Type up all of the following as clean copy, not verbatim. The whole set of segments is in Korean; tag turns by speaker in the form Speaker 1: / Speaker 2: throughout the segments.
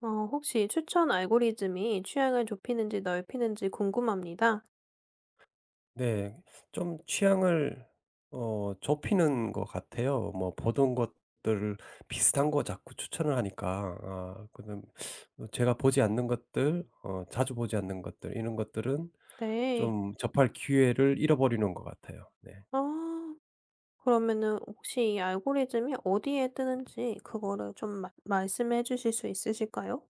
Speaker 1: 혹시 추천 알고리즘이 취향을 좁히는지 넓히는지 궁금합니다.
Speaker 2: 네. 좀 취향을 좁히는 것 같아요. 뭐 보던 것들 비슷한 거 자꾸 추천을 하니까. 아 그다음 제가 보지 않는 것들 자주 보지 않는 것들 이런 것들은
Speaker 1: 네.
Speaker 2: 좀 접할 기회를 잃어버리는 것 같아요. 네.
Speaker 1: 아, 그러면은 혹시 이 알고리즘이 어디에 뜨는지 그거를 좀 말씀해 주실 수 있으실까요?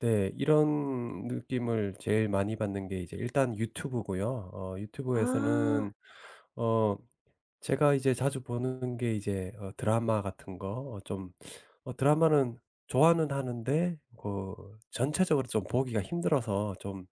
Speaker 2: 네. 이런 느낌을 제일 많이 받는 게 이제 일단 유튜브고요. 유튜브에서는
Speaker 1: 아,
Speaker 2: 어 제가 이제 자주 보는 게 이제 드라마 같은 거. 좀 드라마는 좋아는 하는데, 그 전체적으로 좀 보기가 힘들어서 좀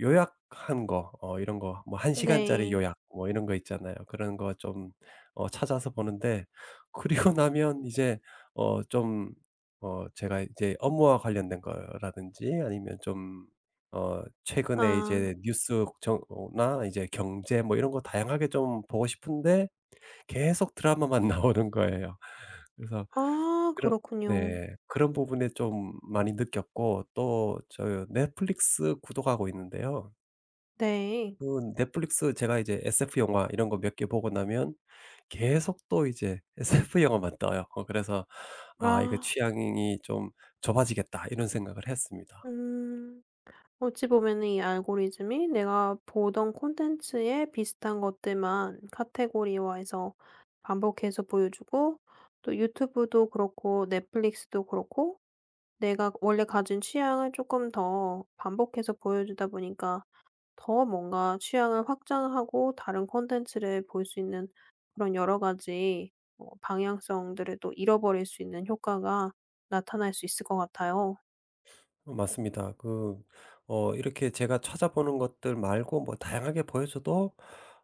Speaker 2: 요약한 거, 이런 거, 뭐 1시간짜리
Speaker 1: 네.
Speaker 2: 요약 뭐 이런 거 있잖아요. 그런 거 좀 찾아서 보는데 그리고 나면 이제 좀 제가 이제 업무와 관련된 거라든지, 아니면 좀 최근에
Speaker 1: 아,
Speaker 2: 이제 뉴스 나 이제 경제, 뭐 이런 거 다양하게 좀 보고 싶은데, 계속 드라마만 나오는 거예요. 그래서
Speaker 1: 아,
Speaker 2: 그런
Speaker 1: 그렇군요.
Speaker 2: 네. 그런 부분에 좀 많이 느꼈고, 또 저 넷플릭스 구독하고 있는데요.
Speaker 1: 네.
Speaker 2: 그 넷플릭스 제가 이제 SF 영화 이런 거 몇 개 보고 나면, 계속 또 이제 SF 영화만 떠요. 그래서 '아, 이거
Speaker 1: 아,
Speaker 2: 취향이 좀 좁아지겠다.' 이런 생각을 했습니다.
Speaker 1: 음. 어찌 보면은 이 알고리즘이 내가 보던 콘텐츠에 비슷한 것들만 카테고리화해서 반복해서 보여주고, 또 유튜브도 그렇고 넷플릭스도 그렇고 내가 원래 가진 취향을 조금 더 반복해서 보여주다 보니까 더 뭔가 취향을 확장하고 다른 콘텐츠를 볼 수 있는 그런 여러 가지 방향성들을 또 잃어버릴 수 있는 효과가 나타날 수 있을 것 같아요.
Speaker 2: 맞습니다. 그 이렇게 제가 찾아보는 것들 말고 뭐 다양하게 보여 줘도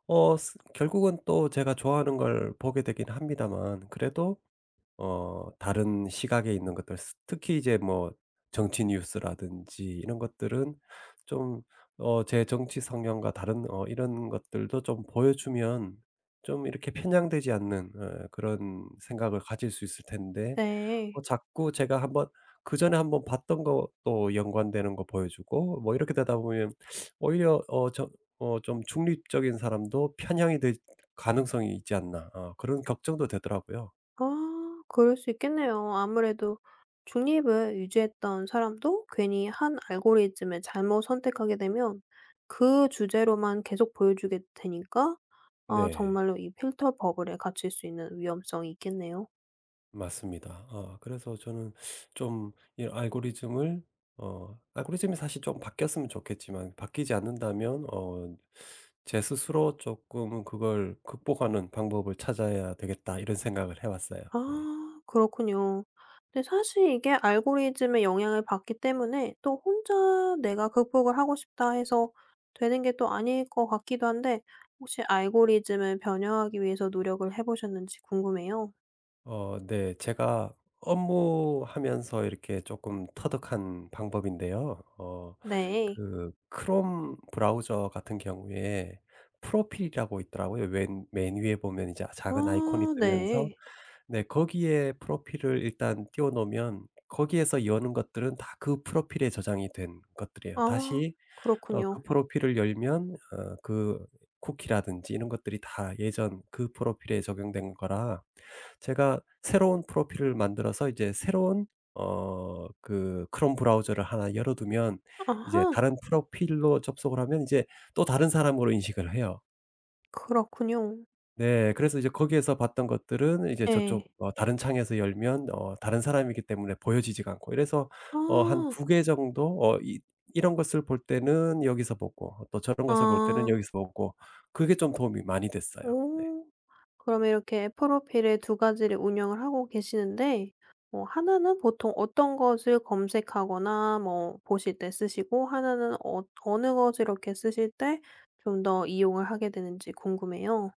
Speaker 2: 어 스 결국은 또 제가 좋아하는 걸 보게 되긴 합니다만, 그래도 다른 시각에 있는 것들, 스 특히 이제 뭐 정치 뉴스라든지 이런 것들은 좀 제 정치 성향과 다른 이런 것들도 좀 보여 주면 좀 이렇게 편향되지 않는, 그런 생각을 가질 수 있을 텐데,
Speaker 1: 네.
Speaker 2: 자꾸 제가 한번 그전에 한번 봤던 것도 연관되는 거 보여 주고 뭐 이렇게 되다 보면 오히려 저 좀 '중립적인 사람도 편향이 될 가능성이 있지 않나.' 그런 걱정도 되더라고요.
Speaker 1: 아, 그럴 수 있겠네요. 아무래도 중립을 유지했던 사람도 괜히 한 알고리즘을 잘못 선택하게 되면 그 주제로만 계속 보여주게 되니까 아,
Speaker 2: 네.
Speaker 1: 정말로 이 필터 버블에 갇힐 수 있는 위험성이 있겠네요.
Speaker 2: 맞습니다. 그래서 저는 좀 이 알고리즘을, 알고리즘이 사실 좀 바뀌었으면 좋겠지만 바뀌지 않는다면, 제 스스로 조금은 그걸 극복하는 방법을 찾아야 되겠다, 이런 생각을 해 왔어요. 네.
Speaker 1: 아, 그렇군요. 근데 사실 이게 알고리즘의 영향을 받기 때문에 또 혼자 내가 극복을 하고 싶다 해서 되는 게 또 아닐 것 같기도 한데, 혹시 알고리즘을 변형하기 위해서 노력을 해 보셨는지 궁금해요.
Speaker 2: 네. 제가 업무하면서 이렇게 조금 터득한 방법인데요.
Speaker 1: 네.
Speaker 2: 그 크롬 브라우저 같은 경우에 프로필이라고 있더라고요. 맨 위에 보면 이제 작은 아이콘이
Speaker 1: 아,
Speaker 2: 뜨면서.
Speaker 1: 네.
Speaker 2: 네. 거기에 프로필을 일단 띄워 놓으면, 거기에서 여는 것들은 다 그 프로필에 저장이 된 것들이에요.
Speaker 1: 아,
Speaker 2: 다시
Speaker 1: 그렇군요.
Speaker 2: 그 프로필을 열면, 그 쿠키라든지 이런 것들이 다 예전 그 프로필에 적용된 거라, 제가 새로운 프로필을 만들어서 이제 새로운 그 크롬 브라우저를 하나 열어 두면, 이제
Speaker 1: 아하.
Speaker 2: 다른 프로필로 접속을 하면, 이제 또 다른 사람으로 인식을 해요.
Speaker 1: 그렇군요.
Speaker 2: 네. 그래서 이제 거기에서 봤던 것들은 이제
Speaker 1: 예.
Speaker 2: 저쪽 다른 창에서 열면 다른 사람이기 때문에 보여지지가 않고, 이래서 한
Speaker 1: 아.
Speaker 2: 두 개 정도, 이 이런 것을 볼 때는 여기서 보고, 또 저런 것을 볼 때는
Speaker 1: 아.
Speaker 2: 여기서 보고, 그게 좀 도움이 많이 됐어요. 네.
Speaker 1: 오. 그러면 이렇게 프로필에 두 가지를 운영을 하고 계시는데, 뭐 하나는 보통 어떤 것을 검색하거나 뭐 보실 때 쓰시고, 하나는 어느 것을 이렇게 쓰실 때 좀 더 이용을 하게 되는지 궁금해요.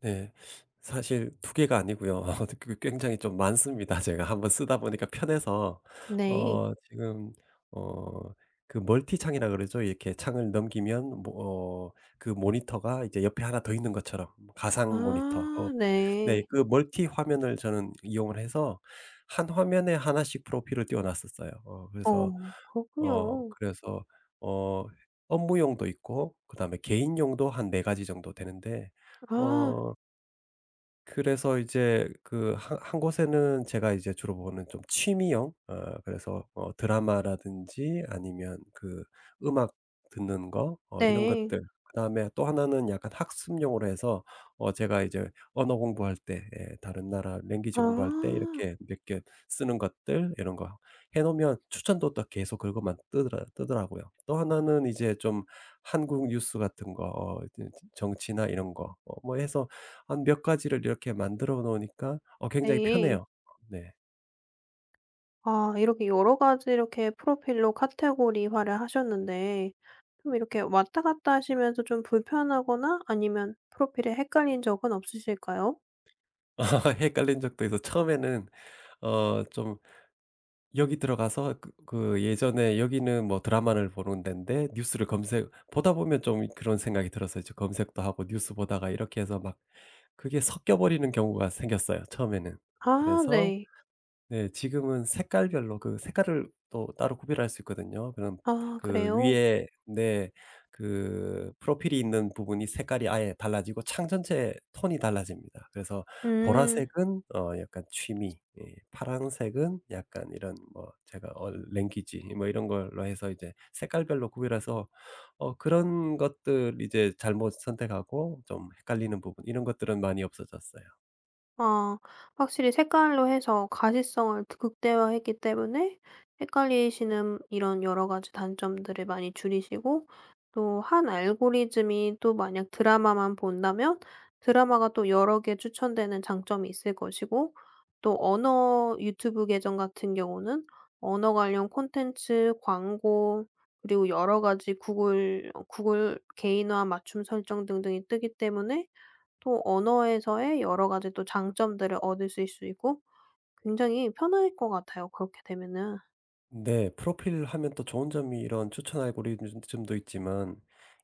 Speaker 2: 네. 사실 두 개가 아니고요. 그 굉장히 좀 많습니다. 제가 한번 쓰다 보니까 편해서.
Speaker 1: 네.
Speaker 2: 지금 어 그 멀티창이라 그러죠. 이렇게 창을 넘기면 뭐, 그 모니터가 이제 옆에 하나 더 있는 것처럼, 가상 모니터.
Speaker 1: 아,
Speaker 2: 네.
Speaker 1: 네.
Speaker 2: 그 멀티 화면을 저는 이용을 해서 한 화면에 하나씩 프로필을 띄워 놨었어요. 어 그래서 어
Speaker 1: 그렇군요.
Speaker 2: 그래서 어 업무용도 있고, 그다음에 개인용도 한 네 가지 정도 되는데,
Speaker 1: 아,
Speaker 2: 어 그래서 이제 그 한 한 곳에는 제가 이제 주로 보는 좀 취미형, 그래서 드라마라든지 아니면 그 음악 듣는 거 이런
Speaker 1: 네.
Speaker 2: 것들. 그다음에 또 하나는 약간 학습용으로 해서, 제가 이제 언어 공부할 때, 예 다른 나라 랭귀지 공부할 때
Speaker 1: 아,
Speaker 2: 이렇게 몇 개 쓰는 것들 이런 거 해 놓으면 추천도 또 계속 그것만 뜨더라고요. 또 하나는 이제 좀 한국 뉴스 같은 거 이제 정치나 이런 거, 뭐 해서 한 몇 가지를 이렇게 만들어 놓으니까 굉장히
Speaker 1: 네.
Speaker 2: 편해요. 네.
Speaker 1: 아, 이렇게 여러 가지 이렇게 프로필로 카테고리화를 하셨는데 좀 이렇게 왔다 갔다 하시면서 좀 불편하거나 아니면 프로필에 헷갈린 적은 없으실까요?
Speaker 2: 헷갈린 적도 있어. 처음에는 좀 여기 들어가서 그 예전에 여기는 뭐 드라마를 보는 데인데 뉴스를 검색 보다 보면, 좀 그런 생각이 들었어요. 이 검색도 하고 뉴스 보다가 이렇게 해서 막 그게 섞여 버리는 경우가 생겼어요 처음에는.
Speaker 1: 아,
Speaker 2: 그래서
Speaker 1: 네.
Speaker 2: 네. 지금은 색깔별로 그 색깔을 또 따로 구별할 수 있거든요. 그럼
Speaker 1: 아,
Speaker 2: 그
Speaker 1: 그래요?
Speaker 2: 위에. 네. 그 프로필이 있는 부분이 색깔이 아예 달라지고, 창 전체의 톤이 달라집니다. 그래서
Speaker 1: 음.
Speaker 2: 보라색은 약간 취미, 예 파란색은 약간 이런 뭐 제가 랭귀지 뭐 이런 걸로 해서 이제 색깔별로 구별해서 그런 것들 이제 잘못 선택하고 좀 헷갈리는 부분 이런 것들은 많이 없어졌어요.
Speaker 1: 아, 확실히 색깔로 해서 가시성을 극대화했기 때문에 헷갈리시는 이런 여러 가지 단점들을 많이 줄이시고, 또 한 알고리즘이 또 만약 드라마만 본다면 드라마가 또 여러 개 추천되는 장점이 있을 것이고, 또 언어 유튜브 계정 같은 경우는 언어 관련 콘텐츠, 광고, 그리고 여러 가지 구글 구글 개인화 맞춤 설정 등등이 뜨기 때문에 또 언어에서의 여러 가지 또 장점들을 얻을수 있고, 굉장히 편할 것 같아요 그렇게 되면은.
Speaker 2: 네. 프로필 하면 또 좋은 점이, 이런 추천 알고리즘도 있지만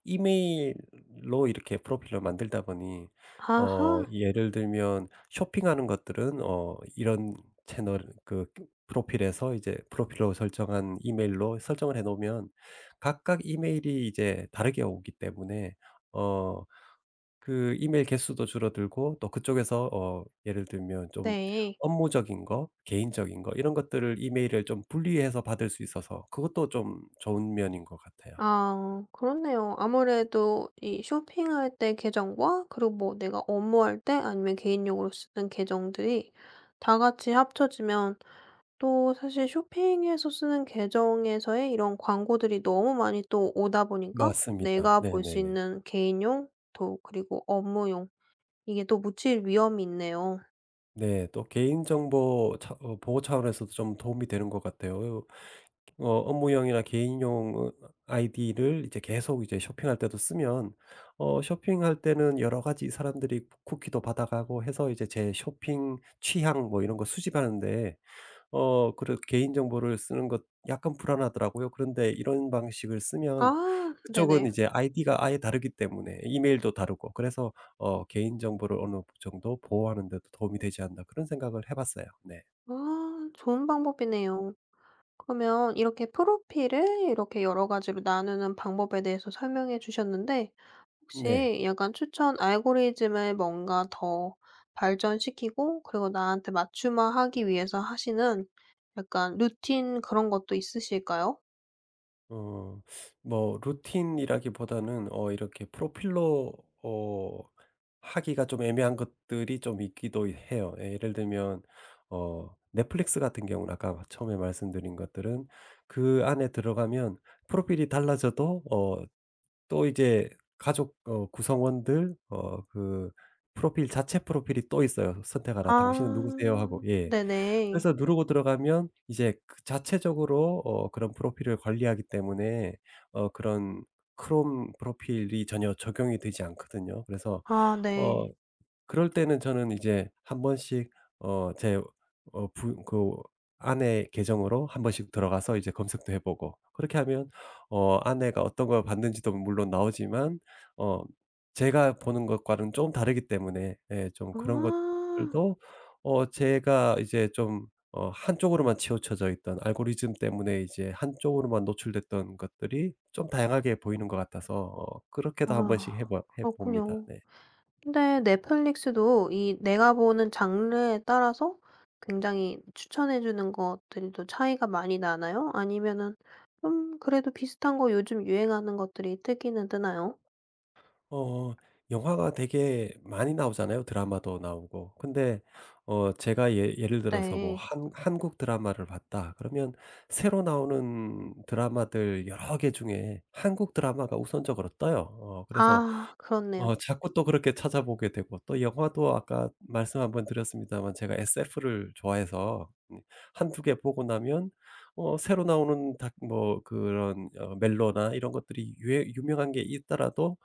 Speaker 2: 이메일로 이렇게 프로필을 만들다 보니,
Speaker 1: 아하.
Speaker 2: 예를 들면 쇼핑하는 것들은 이런 채널, 그 프로필에서 이제 프로필로 설정한 이메일로 설정을 해 놓으면 각각 이메일이 이제 다르게 오기 때문에 어 그 이메일 개수도 줄어들고, 또 그쪽에서 예를 들면 좀
Speaker 1: 네.
Speaker 2: 업무적인 거, 개인적인 거 이런 것들을 이메일을 좀 분리해서 받을 수 있어서 그것도 좀 좋은 면인 것 같아요.
Speaker 1: 아, 그렇네요. 아무래도 이 쇼핑할 때 계정과 그리고 뭐 내가 업무할 때 아니면 개인용으로 쓰는 계정들이 다 같이 합쳐지면 또 사실 쇼핑에서 쓰는 계정에서의 이런 광고들이 너무 많이 또 오다 보니까
Speaker 2: 맞습니다.
Speaker 1: 내가 볼 수
Speaker 2: 네네.
Speaker 1: 있는 개인용 또 그리고 업무용 이게 또 묻힐 위험이 있네요.
Speaker 2: 네. 또 개인정보 차 어 보호 차원에서도 좀 도움이 되는 것 같아요. 업무용이나 개인용 아이디를 이제 계속 이제 쇼핑할 때도 쓰면 쇼핑할 때는 여러 가지 사람들이 쿠키도 받아가고 해서 이제 제 쇼핑 취향 뭐 이런 거 수집하는데, 그래 개인정보를 쓰는 것 약간 불안하더라고요. 그런데 이런 방식을 쓰면
Speaker 1: 아,
Speaker 2: 그쪽은
Speaker 1: 네네.
Speaker 2: 이제 아이디가 아예 다르기 때문에 이메일도 다르고, 그래서 '개인정보를 어느 정도 보호하는 데도 도움이 되지 않나.' 그런 생각을 해 봤어요. 네.
Speaker 1: 아, 좋은 방법이네요. 그러면 이렇게 프로필을 이렇게 여러 가지로 나누는 방법에 대해서 설명해 주셨는데,
Speaker 2: 네.
Speaker 1: 혹시 약간 추천 알고리즘을 뭔가 더 발전시키고, 그리고 나한테 맞춤화하기 위해서 하시는 약간 루틴, 그런 것도 있으실까요?
Speaker 2: 어 뭐 루틴이라기보다는 이렇게 프로필로 어 하기가 좀 애매한 것들이 좀 있기도 해요. 예, 예를 들면 넷플릭스 같은 경우는 아까 처음에 말씀드린 것들은 그 안에 들어가면 프로필이 달라져도 또 이제 가족 구성원들 그 프로필 자체 프로필이 또 있어요. "선택하라. 당신은
Speaker 1: 아,
Speaker 2: 누구세요?" 하고. 예.
Speaker 1: 네네.
Speaker 2: 그래서 누르고 들어가면 이제 그 자체적으로 그런 프로필을 관리하기 때문에 그런 크롬 프로필이 전혀 적용이 되지 않거든요. 그래서
Speaker 1: 아,
Speaker 2: 어
Speaker 1: 네.
Speaker 2: 그럴 때는 저는 이제 한 번씩 어 제 어 부 그 아내 계정으로 한 번씩 들어가서 이제 검색도 해 보고. 그렇게 하면 아내가 어떤 걸 봤는지도 물론 나오지만, 어 제가 보는 것과는 좀 다르기 때문에, 예 좀 그런
Speaker 1: 아.
Speaker 2: 것들도 제가 이제 좀 한쪽으로만 치우쳐져 있던 알고리즘 때문에 이제 한쪽으로만 노출됐던 것들이 좀 다양하게 보이는 것 같아서, 그렇게도 한 번씩
Speaker 1: 아,
Speaker 2: 해 봅니다.
Speaker 1: 그렇군요.
Speaker 2: 네.
Speaker 1: 근데 넷플릭스도 이 내가 보는 장르에 따라서 굉장히 추천해 주는 것들이 또 차이가 많이 나나요? 아니면은 좀 그래도 비슷한 거 요즘 유행하는 것들이 뜨기는 뜨나요?
Speaker 2: 어 영화가 되게 많이 나오잖아요. 드라마도 나오고. 근데 제가, 예 예를 들어서 뭐
Speaker 1: 네.
Speaker 2: 한 한국 드라마를 봤다 그러면, 새로 나오는 드라마들 여러 개 중에 한국 드라마가 우선적으로 떠요. 그래서
Speaker 1: 아, 그렇네요.
Speaker 2: 자꾸 또 그렇게 찾아보게 되고. 또 영화도 아까 말씀 한번 드렸습니다만 제가 SF를 좋아해서, 두개 보고 나면 새로 나오는 다 뭐 그런 멜로나 이런 것들이 유 유명한 게 있더라도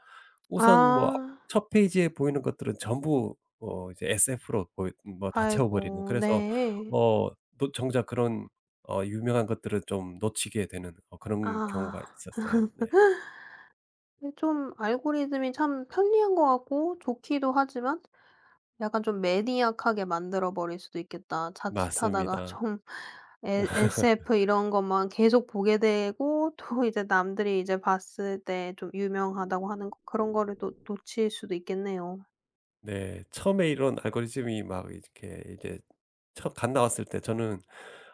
Speaker 2: 우선 뭐
Speaker 1: 아.
Speaker 2: 첫 페이지에 보이는 것들은 전부 이제 SF로 보이 뭐 다 채워 버리는.
Speaker 1: 아이고,
Speaker 2: 그래서
Speaker 1: 네.
Speaker 2: 어 또 정작 그런 유명한 것들은 좀 놓치게 되는 그런 경우가
Speaker 1: 아.
Speaker 2: 있었어요. 네.
Speaker 1: 좀 알고리즘이 참 편리한 것 같고 좋기도 하지만 약간 좀 매니악하게 만들어 버릴 수도 있겠다. 자칫하다가
Speaker 2: 맞습니다.
Speaker 1: 좀 에 SF 이런 것만 계속 보게 되고 또 이제 남들이 이제 봤을 때 좀 유명하다고 하는 거 그런 거를 또 놓칠 수도 있겠네요.
Speaker 2: 네. 처음에 이런 알고리즘이 막 이렇게 이제 처 갓 나왔을 때 저는,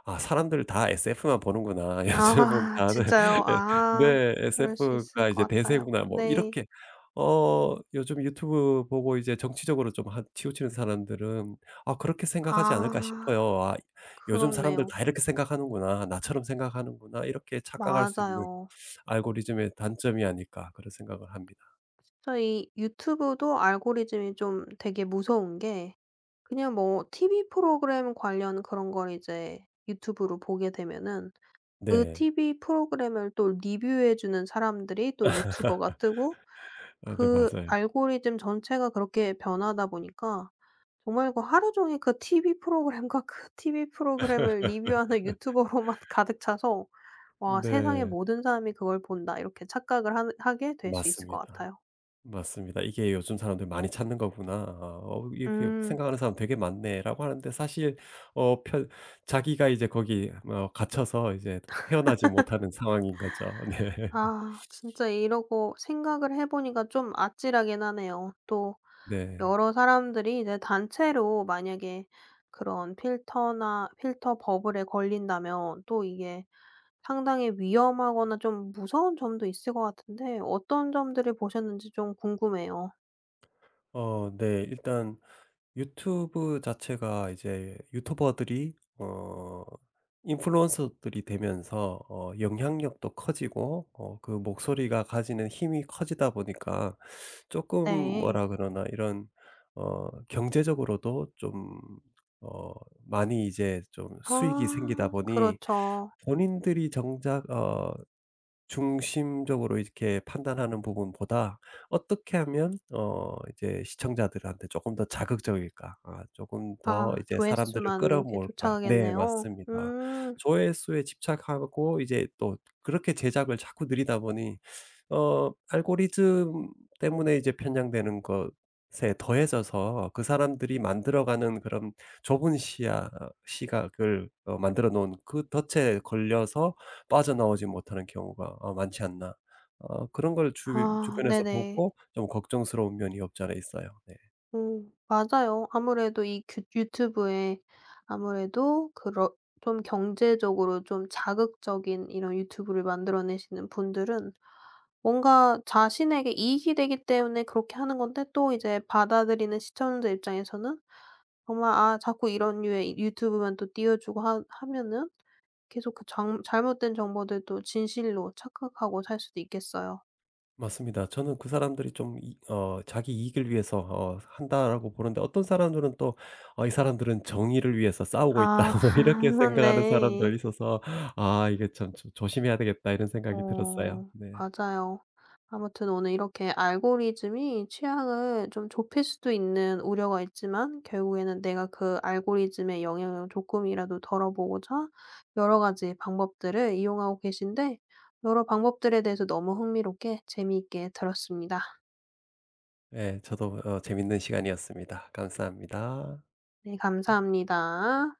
Speaker 2: '아 사람들 다 SF만 보는구나.
Speaker 1: 아
Speaker 2: 요즘은 다들
Speaker 1: 진짜요? 아,
Speaker 2: 네
Speaker 1: 그럴 수 있을
Speaker 2: SF가 이제
Speaker 1: 것 같아요.
Speaker 2: 대세구나.' 뭐
Speaker 1: 네.
Speaker 2: 이렇게. 요즘 유튜브 보고 이제 정치적으로 좀 한 치우치는 사람들은 아 그렇게 생각하지 않을까
Speaker 1: 아,
Speaker 2: 싶어요. '아 요즘 사람들
Speaker 1: 그렇네요.
Speaker 2: 다 이렇게 생각하는구나. 나처럼 생각하는구나.' 이렇게 착각할 수 있는
Speaker 1: 맞아요.
Speaker 2: 알고리즘의 단점이 아닐까, 그런 생각을 합니다.
Speaker 1: 진짜 이 유튜브도 알고리즘이 좀 되게 무서운 게 그냥 뭐 TV 프로그램 관련 그런 걸 이제 유튜브로 보게 되면은 그
Speaker 2: 네.
Speaker 1: TV 프로그램을 또 리뷰해 주는 사람들이 또 유튜버가 뜨고,
Speaker 2: 아, 네
Speaker 1: 그
Speaker 2: 맞아요.
Speaker 1: 알고리즘 전체가 그렇게 변하다 보니까 정말 그 하루 종일 그 TV 프로그램과 그 TV 프로그램을 리뷰하는 유튜버로만 가득 차서 '와, 세상의
Speaker 2: 네.
Speaker 1: 모든 사람이 그걸 본다.' 이렇게 착각을 하 하게 될 수 있을 것
Speaker 2: 맞습니다.
Speaker 1: 같아요.
Speaker 2: 맞습니다. '이게 요즘 사람들이 많이 찾는 거구나. 아, 이렇게
Speaker 1: 음.
Speaker 2: 생각하는 사람 되게 많네.'라고 하는데, 사실 어 편 자기가 이제 거기 갇혀서 이제 헤어나지 못하는 상황인 거죠.
Speaker 1: 아, 진짜 이러고 생각을 해 보니까 좀 아찔하긴 하네요. 또
Speaker 2: 네. 네.
Speaker 1: 여러 사람들이 이제 단체로 만약에 그런 필터나 필터 버블에 걸린다면 또 이게 상당히 위험하거나 좀 무서운 점도 있을 것 같은데 어떤 점들을 보셨는지 좀 궁금해요.
Speaker 2: 네. 일단 유튜브 자체가 이제 유튜버들이 어 인플루언서들이 되면서 영향력도 커지고, 그 목소리가 가지는 힘이 커지다 보니까, 조금
Speaker 1: 네.
Speaker 2: 뭐라 그러나, 이런 경제적으로도 좀 어 많이 이제 좀 수익이 생기다
Speaker 1: 아,
Speaker 2: 보니
Speaker 1: 그렇죠.
Speaker 2: 본인들이 정작 중심적으로 이렇게 판단하는 부분보다, 어떻게 하면 이제 시청자들한테 조금 더 자극적일까? 아금더
Speaker 1: 아,
Speaker 2: 이제 사람들을
Speaker 1: 조회수만 이렇게
Speaker 2: 끌어모을까? 네
Speaker 1: 쫓아가겠네요.
Speaker 2: 맞습니다.
Speaker 1: 음.
Speaker 2: 조회수에 집착하고 이제 또 그렇게 제작을 자꾸 늘이다 보니 알고리즘 때문에 이제 편향되는 것에 더해져서, 그 사람들이 만들어가는 그런 좁은 시야 시각을, 만들어 놓은 그 덫에 걸려서 빠져나오지 못하는 경우가 많지 않나. 그런 걸 주
Speaker 1: 아,
Speaker 2: 주변에서
Speaker 1: 네네.
Speaker 2: 보고 좀 걱정스러운 면이 없지 않아 있어요. 네.
Speaker 1: 음, 맞아요. 아무래도 이 유튜브에 아무래도 그런 좀 경제적으로 좀 자극적인 이런 유튜브를 만들어내시는 분들은 뭔가 자신에게 이익이 되기 때문에 그렇게 하는 건데 또 이제 받아들이는 시청자 입장에서는 정말, 아, 자꾸 이런 류의 유튜브만 또 띄워주고 하 하면은 계속 그 정 잘못된 정보들도 진실로 착각하고 살 수도 있겠어요.
Speaker 2: 맞습니다. 저는 그 사람들이 좀 이 어 자기 이익을 위해서 한다라고 보는데, 어떤 사람들은 또, 어, 이 사람들은 정의를 위해서 싸우고 있다.'
Speaker 1: 아
Speaker 2: 뭐 이렇게 생각하는 사람도
Speaker 1: 네.
Speaker 2: 있어서, '아 이게 참 조 조심해야 되겠다.' 이런 생각이 들었어요.
Speaker 1: 어,
Speaker 2: 네.
Speaker 1: 맞아요. 아무튼 오늘 이렇게 알고리즘이 취향을 좀 좁힐 수도 있는 우려가 있지만 결국에는 내가 그 알고리즘의 영향을 조금이라도 덜어보고자 여러 가지 방법들을 이용하고 계신데, 여러 방법들에 대해서 너무 흥미롭게 재미있게 들었습니다.
Speaker 2: 네, 저도 재밌는 시간이었습니다. 감사합니다.
Speaker 1: 네, 감사합니다.